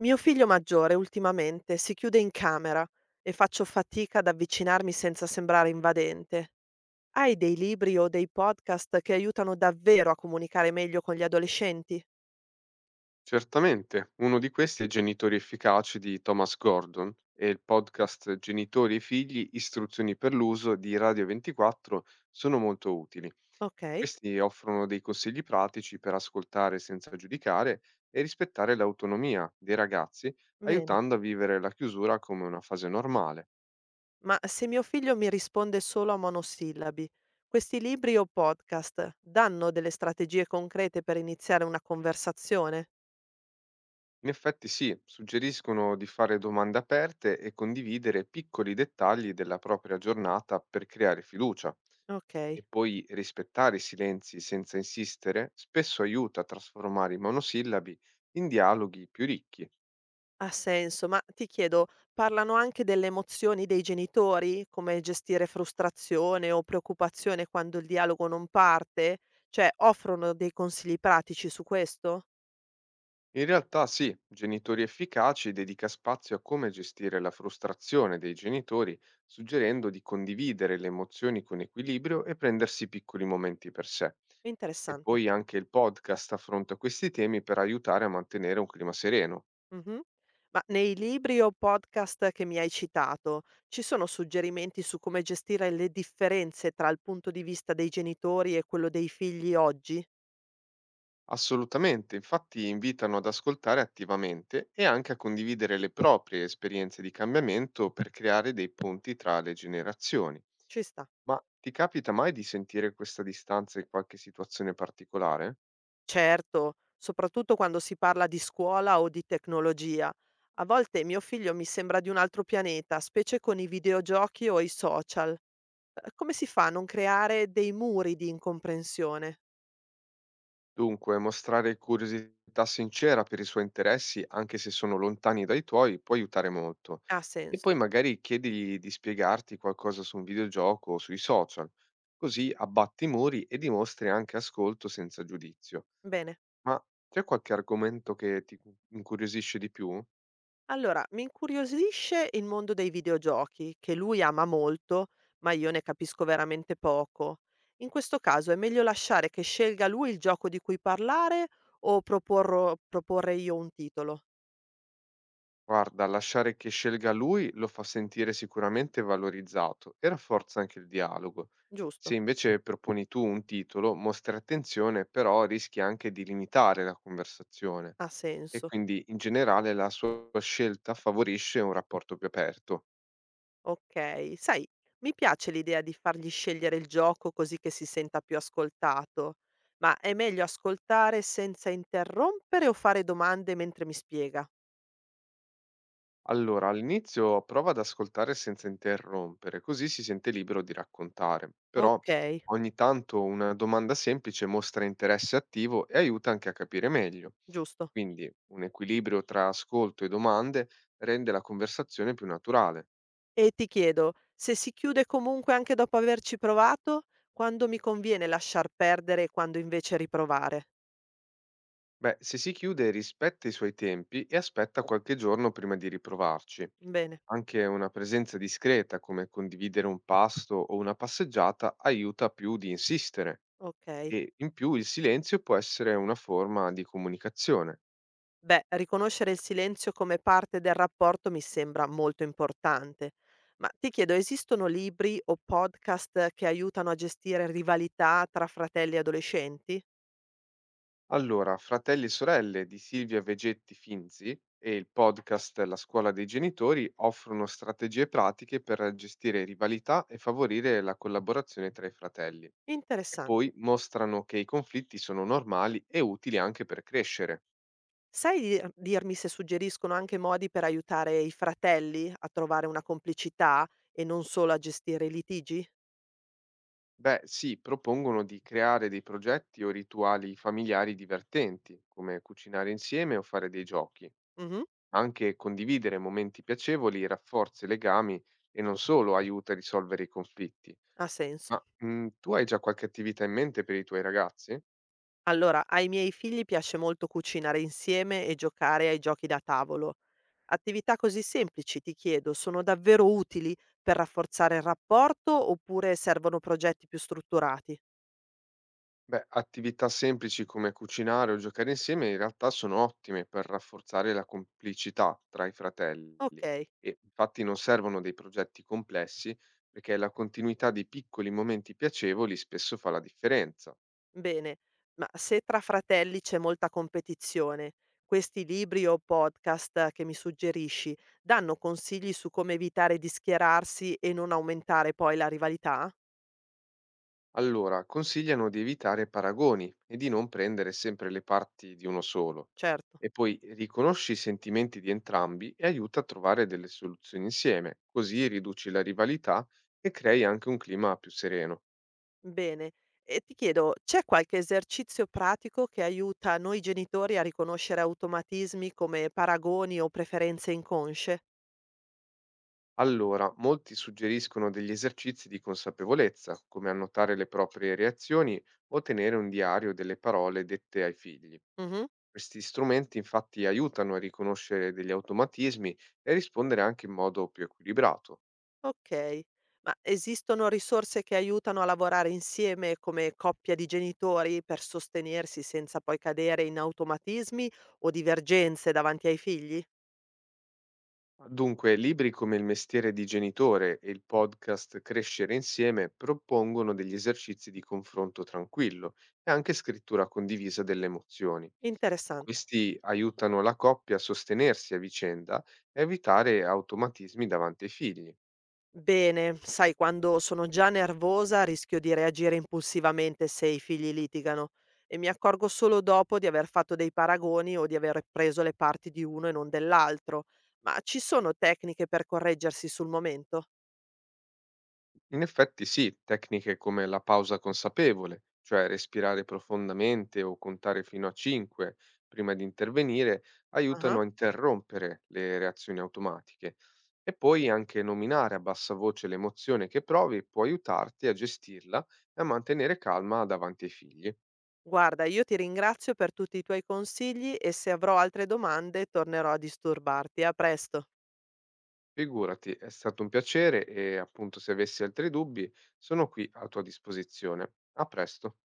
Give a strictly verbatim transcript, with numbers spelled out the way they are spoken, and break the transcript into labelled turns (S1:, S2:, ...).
S1: Mio figlio maggiore ultimamente si chiude in camera e faccio fatica ad avvicinarmi senza sembrare invadente. Hai dei libri o dei podcast che aiutano davvero a comunicare meglio con gli adolescenti?
S2: Certamente, uno di questi è Genitori efficaci di Thomas Gordon e il podcast Genitori e figli, istruzioni per l'uso di Radio ventiquattro sono molto utili.
S1: Ok,
S2: Questi offrono dei consigli pratici per ascoltare senza giudicare e rispettare l'autonomia dei ragazzi,
S1: bene.
S2: aiutando a vivere la chiusura come una fase normale.
S1: Ma se mio figlio mi risponde solo a monosillabi, questi libri o podcast danno delle strategie concrete per iniziare una conversazione?
S2: In effetti sì, suggeriscono di fare domande aperte e condividere piccoli dettagli della propria giornata per creare fiducia.
S1: Ok.
S2: E poi rispettare i silenzi senza insistere spesso aiuta a trasformare i monosillabi in dialoghi più ricchi.
S1: Ha senso, ma ti chiedo, parlano anche delle emozioni dei genitori? Come gestire frustrazione o preoccupazione quando il dialogo non parte? Cioè, offrono dei consigli pratici su questo?
S2: In realtà sì, genitori efficaci dedica spazio a come gestire la frustrazione dei genitori, suggerendo di condividere le emozioni con equilibrio e prendersi piccoli momenti per sé. E
S1: Interessante.
S2: poi anche il podcast affronta questi temi per aiutare a mantenere un clima sereno.
S1: Mhm. Ma nei libri o podcast che mi hai citato, ci sono suggerimenti su come gestire le differenze tra il punto di vista dei genitori e quello dei figli oggi?
S2: Assolutamente, infatti invitano ad ascoltare attivamente e anche a condividere le proprie esperienze di cambiamento per creare dei ponti tra le generazioni.
S1: Ci sta.
S2: Ma ti capita mai di sentire questa distanza in qualche situazione particolare?
S1: Certo, soprattutto quando si parla di scuola o di tecnologia. A volte mio figlio mi sembra di un altro pianeta, specie con i videogiochi o i social. Eh, Come si fa a non creare dei muri di incomprensione?
S2: Dunque, mostrare curiosità sincera per i suoi interessi, anche se sono lontani dai tuoi, può aiutare molto.
S1: Ha
S2: E poi
S1: senso.
S2: magari chiedigli di spiegarti qualcosa su un videogioco o sui social, così abbatti i muri e dimostri anche ascolto senza giudizio.
S1: Bene.
S2: Ma c'è qualche argomento che ti cu incuriosisce di più?
S1: Allora, mi incuriosisce il mondo dei videogiochi, che lui ama molto, ma io ne capisco veramente poco. In questo caso è meglio lasciare che scelga lui il gioco di cui parlare o proporro- proporre io un titolo,
S2: Guarda, lasciare che scelga lui lo fa sentire sicuramente valorizzato e rafforza anche il dialogo. Se
S1: giusto?
S2: invece proponi tu un titolo, mostri attenzione, però rischi anche di limitare la conversazione
S1: Ha
S2: e
S1: senso.
S2: quindi in generale la sua scelta favorisce un rapporto più aperto.
S1: Okay. Sai, mi piace l'idea di fargli scegliere il gioco così che si senta più ascoltato, ma è meglio ascoltare senza interrompere o fare domande mentre mi spiega?
S2: Allora, all'inizio prova ad ascoltare senza interrompere, così si sente libero di raccontare. Però
S1: Okay,
S2: ogni tanto una domanda semplice mostra interesse attivo e aiuta anche a capire meglio.
S1: giusto.
S2: Quindi un equilibrio tra ascolto e domande rende la conversazione più naturale.
S1: E ti chiedo, se si chiude comunque anche dopo averci provato, quando mi conviene lasciar perdere e quando invece riprovare?
S2: Beh, se si chiude, rispetta i suoi tempi e aspetta qualche giorno prima di riprovarci.
S1: Bene,
S2: Anche una presenza discreta, come condividere un pasto o una passeggiata, aiuta più di insistere.
S1: okay.
S2: E in più il silenzio può essere una forma di comunicazione.
S1: Beh, riconoscere il silenzio come parte del rapporto mi sembra molto importante. Ma ti chiedo, esistono libri o podcast che aiutano a gestire rivalità tra fratelli e adolescenti?
S2: Allora, Fratelli e sorelle di Silvia Vegetti Finzi e il podcast La scuola dei genitori offrono strategie pratiche per gestire rivalità e favorire la collaborazione tra i fratelli. E poi
S1: Interessante.
S2: mostrano che i conflitti sono normali e utili anche per crescere.
S1: Sai dir- dirmi se suggeriscono anche modi per aiutare i fratelli a trovare una complicità e non solo a gestire i litigi?
S2: Beh, sì, propongono di creare dei progetti o rituali familiari divertenti, come cucinare insieme o fare dei giochi.
S1: Mhm.
S2: Anche condividere momenti piacevoli rafforza i legami e non solo aiuta a risolvere i conflitti.
S1: Ha senso.
S2: Ma mm, tu hai già qualche attività in mente per i tuoi ragazzi?
S1: Allora, ai miei figli piace molto cucinare insieme e giocare ai giochi da tavolo. Attività così semplici, ti chiedo, sono davvero utili per rafforzare il rapporto oppure servono progetti più strutturati?
S2: Beh, attività semplici come cucinare o giocare insieme in realtà sono ottime per rafforzare la complicità tra i
S1: Ok,
S2: fratelli e infatti non servono dei progetti complessi perché la continuità di piccoli momenti piacevoli spesso fa la differenza.
S1: bene, ma se tra fratelli c'è molta competizione, questi libri o podcast che mi suggerisci danno consigli su come evitare di schierarsi e non aumentare poi la rivalità?
S2: Allora, consigliano di evitare paragoni e di non prendere sempre le parti di uno solo.
S1: Certo.
S2: E poi riconosci i sentimenti di entrambi e aiuta a trovare delle soluzioni insieme, così riduci la rivalità e crei anche un clima più sereno.
S1: Bene. E ti chiedo, c'è qualche esercizio pratico che aiuta noi genitori a riconoscere automatismi come paragoni o preferenze inconsce?
S2: Allora, molti suggeriscono degli esercizi di consapevolezza, come annotare le proprie reazioni o tenere un diario delle parole dette ai figli.
S1: Mhm.
S2: Questi strumenti infatti aiutano a riconoscere degli automatismi e a rispondere anche in modo più equilibrato.
S1: Ok. Ma esistono risorse che aiutano a lavorare insieme come coppia di genitori per sostenersi senza poi cadere in automatismi o divergenze davanti ai figli?
S2: Dunque, libri come Il mestiere di genitore e il podcast Crescere insieme propongono degli esercizi di confronto tranquillo e anche scrittura condivisa delle emozioni.
S1: Interessante.
S2: Questi aiutano la coppia a sostenersi a vicenda e evitare automatismi davanti ai figli.
S1: Bene, sai, quando sono già nervosa rischio di reagire impulsivamente se i figli litigano e mi accorgo solo dopo di aver fatto dei paragoni o di aver preso le parti di uno e non dell'altro. Ma ci sono tecniche per correggersi sul momento?
S2: In effetti sì, tecniche come la pausa consapevole, cioè respirare profondamente o contare fino a cinque prima di intervenire, aiutano
S1: Ah.
S2: a interrompere le reazioni automatiche. E poi anche nominare a bassa voce l'emozione che provi può aiutarti a gestirla e a mantenere calma davanti ai figli.
S1: Guarda, io ti ringrazio per tutti i tuoi consigli e se avrò altre domande tornerò a disturbarti. A presto.
S2: Figurati, è stato un piacere e appunto se avessi altri dubbi sono qui a tua disposizione. A presto.